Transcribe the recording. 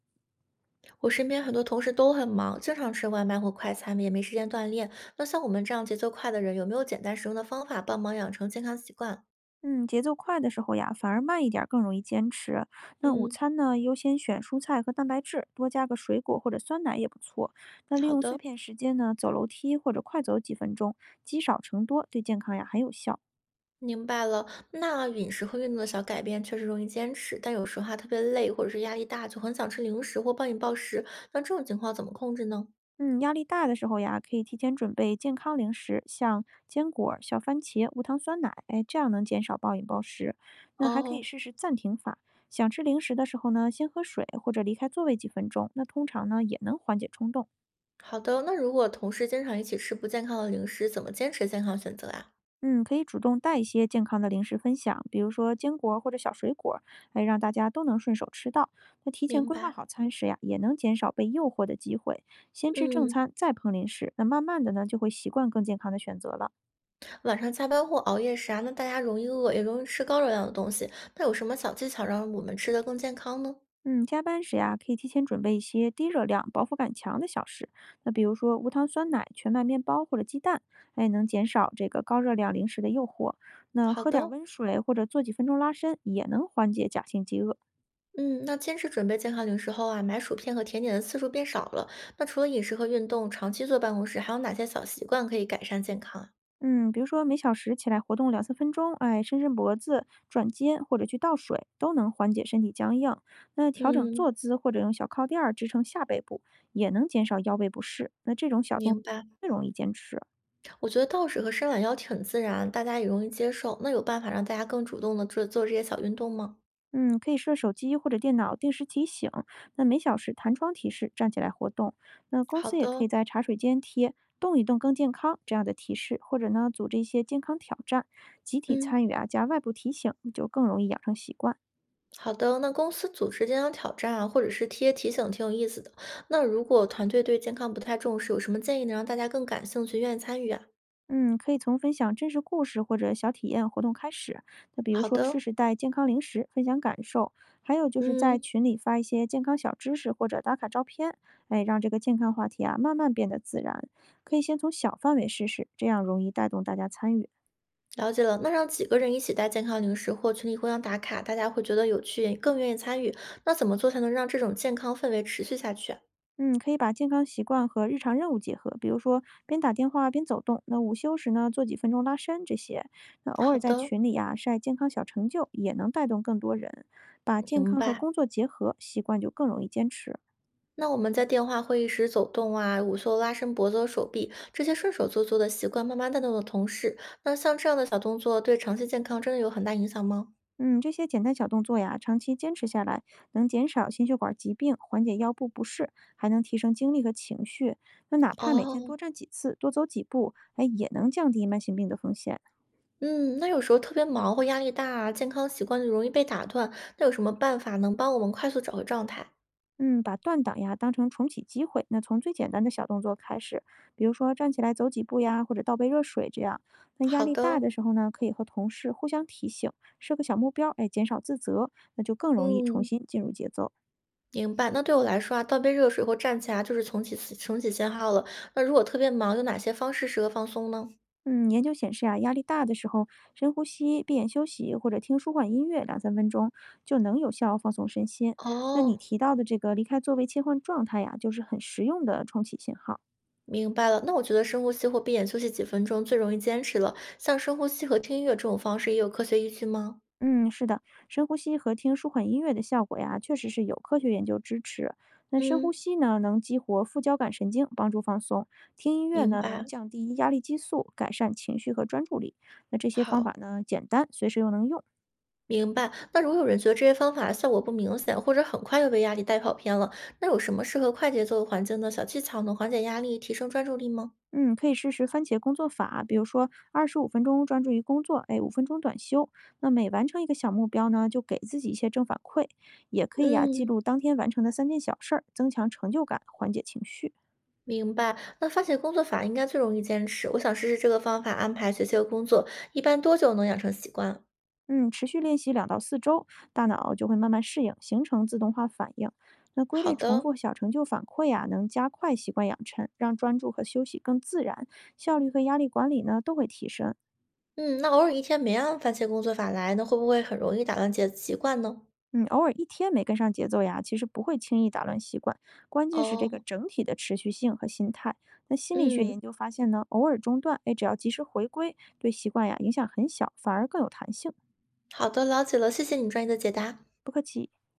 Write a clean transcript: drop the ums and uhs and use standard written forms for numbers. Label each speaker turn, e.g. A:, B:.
A: 我身边很多同事都很忙，经常吃外卖或快餐，也没时间锻炼。那像我们这样节奏快的人，有没有简单实用的方法帮忙养成健康习惯？
B: 嗯，节奏快的时候呀，反而慢一点儿更容易坚持。那午
A: 嗯，
B: 餐呢，优先选蔬菜和蛋白质，多加个水果或者酸奶也不错。那利
A: 好
B: 用碎
A: 的，
B: 片时间呢，走楼梯或者快走几分钟，积少成多，对健康呀很有效。
A: 明白了。那饮食和运动的小改变确实容易坚持，但有时候还特别累或者是压力大，就很想吃零食或暴饮暴食。那这种情况怎么控制呢？
B: 嗯，压力大的时候呀，可以提前准备健康零食，像坚果、小番茄、无糖酸奶，哎，这样能减少暴饮暴食。那还可以
A: 哦，
B: 试试暂停法，想吃零食的时候呢，先喝水或者离开座位几分钟，那通常呢也能缓解冲动。
A: 好的。那如果同事经常一起吃不健康的零食，怎么坚持健康选择啊？
B: 嗯，可以主动带一些健康的零食分享，比如说坚果或者小水果，哎，让大家都能顺手吃到。那提前
A: 明
B: 规划
A: 白。
B: 好餐食呀，也能减少被诱惑的机会。先吃正
A: 嗯。
B: 餐，再碰零食，那慢慢的呢，就会习惯更健康的选择了。
A: 晚上加班或熬夜时啊，那大家容易饿，也容易吃高热量的东西。那有什么小技巧让我们吃得更健康呢？
B: 嗯，加班时呀，可以提前准备一些低热量、饱腹感强的小食，那比如说无糖酸奶、全麦面包或者鸡蛋，哎，能减少这个高热量零食的诱惑。那
A: 好
B: 喝点
A: 的，
B: 温水或者做几分钟拉伸，也能缓解假性饥饿。
A: 嗯，那坚持准备健康零食后啊，买薯片和甜点的次数变少了。那除了饮食和运动，长期坐办公室，还有哪些小习惯可以改善健康啊？
B: 嗯，比如说每小时起来活动两三分钟，哎，伸伸脖子、转肩或者去倒水，都能缓解身体僵硬。那调整坐
A: 嗯，
B: 姿或者用小靠垫儿支撑下背部，也能减少腰背不适。那这种小动作
A: 明白。
B: 最容易坚持。
A: 我觉得倒水和伸懒腰挺自然，大家也容易接受。那有办法让大家更主动的做做这些小运动吗？
B: 嗯，可以设手机或者电脑定时提醒，那每小时弹窗提示站起来活动。那公
A: 好
B: 司也
A: 的
B: 可以
A: 哦，
B: 在茶水间贴“动一动更健康”这样的提示，或者呢组织一些健康挑战，集体
A: 嗯。
B: 参与啊，加外部提醒，就更容易养成习惯。
A: 好的，那公司组织健康挑战啊，或者是贴提醒，挺有意思的。那如果团队对健康不太重视，有什么建议能让大家更感兴趣、愿意参与啊？
B: 嗯，可以从分享真实故事或者小体验活动开始。那比如
A: 好
B: 说，试
A: 的，
B: 试带健康零食，分享感受；还有就是在
A: 嗯，
B: 群里发一些健康小知识或者打卡照片，哎，让这个健康话题啊慢慢变得自然。可以先从小范围试试，这样容易带动大家参与。
A: 了解了。那让几个人一起带健康零食或群里互相打卡，大家会觉得有趣，也更愿意参与。那怎么做才能让这种健康氛围持续下去啊？
B: 嗯，可以把健康习惯和日常任务结合，比如说边打电话边走动，那午休时呢做几分钟拉伸这些，那偶
A: 好
B: 尔在
A: 的，
B: 群里呀、晒健康小成就，也能带动更多人。把健
A: 明
B: 康和
A: 白。
B: 工作结合，习惯就更容易坚持。
A: 那我们在电话会议时走动啊、午休拉伸脖子和手臂这些顺手做做的习惯，慢慢带动了同事。那像这样的小动作，对长期健康真的有很大影响吗？
B: 嗯，这些简单小动作呀，长期坚持下来，能减少心血管疾病，缓解腰部不适，还能提升精力和情绪。那哪怕每天多
A: 哦，
B: 站几次，多走几步，哎，也能降低慢性病的风险。
A: 嗯，那有时候特别忙或压力大啊，健康习惯就容易被打断，那有什么办法能帮我们快速找回状态？
B: 嗯，把断档呀当成重启机会，那从最简单的小动作开始，比如说站起来走几步呀，或者倒杯热水这样。那压
A: 好
B: 力大
A: 的，
B: 的时候呢，可以和同事互相提醒，设个小目标，哎，减少自责，那就更容易重
A: 嗯，
B: 新进入节奏。
A: 明白。那对我来说啊，倒杯热水或站起来啊就是重启信号了。那如果特别忙，有哪些方式适合放松呢？
B: 嗯，研究显示啊，压力大的时候，深呼吸、闭眼休息或者听舒缓音乐两三分钟，就能有效放松身心。那你
A: 哦，
B: 提到的这个离开座位切换状态呀，就是很实用的重启信号。
A: 明白了。那我觉得深呼吸或闭眼休息几分钟最容易坚持了。像深呼吸和听音乐这种方式也有科学依据吗？
B: 嗯，是的，深呼吸和听舒缓音乐的效果呀，确实是有科学研究支持。那深呼
A: 嗯，
B: 吸呢，能激活副交感神经，帮助放松；听音乐
A: 明
B: 呢，能
A: 白。
B: 降低压力激素，改善情绪和专注力。那这些方法
A: 好。
B: 呢，简单，随时又能用。
A: 明白。那如果有人觉得这些方法效果不明显，或者很快又被压力带跑偏了，那有什么适合快节奏的环境的小技巧能缓解压力、提升专注力吗？
B: 嗯，可以试试番茄工作法，比如说25分钟专注于工作，哎，五分钟短休。那每完成一个小目标呢，就给自己一些正反馈，也可以呀、记
A: 嗯，
B: 录当天完成的3件小事儿，增强成就感，缓解情绪。
A: 明白。那番茄工作法应该最容易坚持，我想试试这个方法安排学习和工作，一般多久能养成习惯？
B: 嗯，持续练习2到4周，大脑就会慢慢适应，形成自动化反应。那规
A: 好
B: 律重
A: 的，
B: 复小成就反馈呀、能加快习惯养成，让专注和休息更自然，效率和压力管理呢都会提升。
A: 嗯，那偶尔一天没按番茄工作法来，那会不会很容易打乱的习惯呢？
B: 嗯，偶尔一天没跟上节奏呀，其实不会轻易打乱习惯，关键是这
A: 哦，
B: 个整体的持续性和心态。那心理学研
A: 嗯，
B: 究发现呢，偶尔中断，哎，只要及时回归，对习惯呀影响很小，反而更有弹性。
A: 好的，了解了，谢谢你专业的解答。
B: 不客气。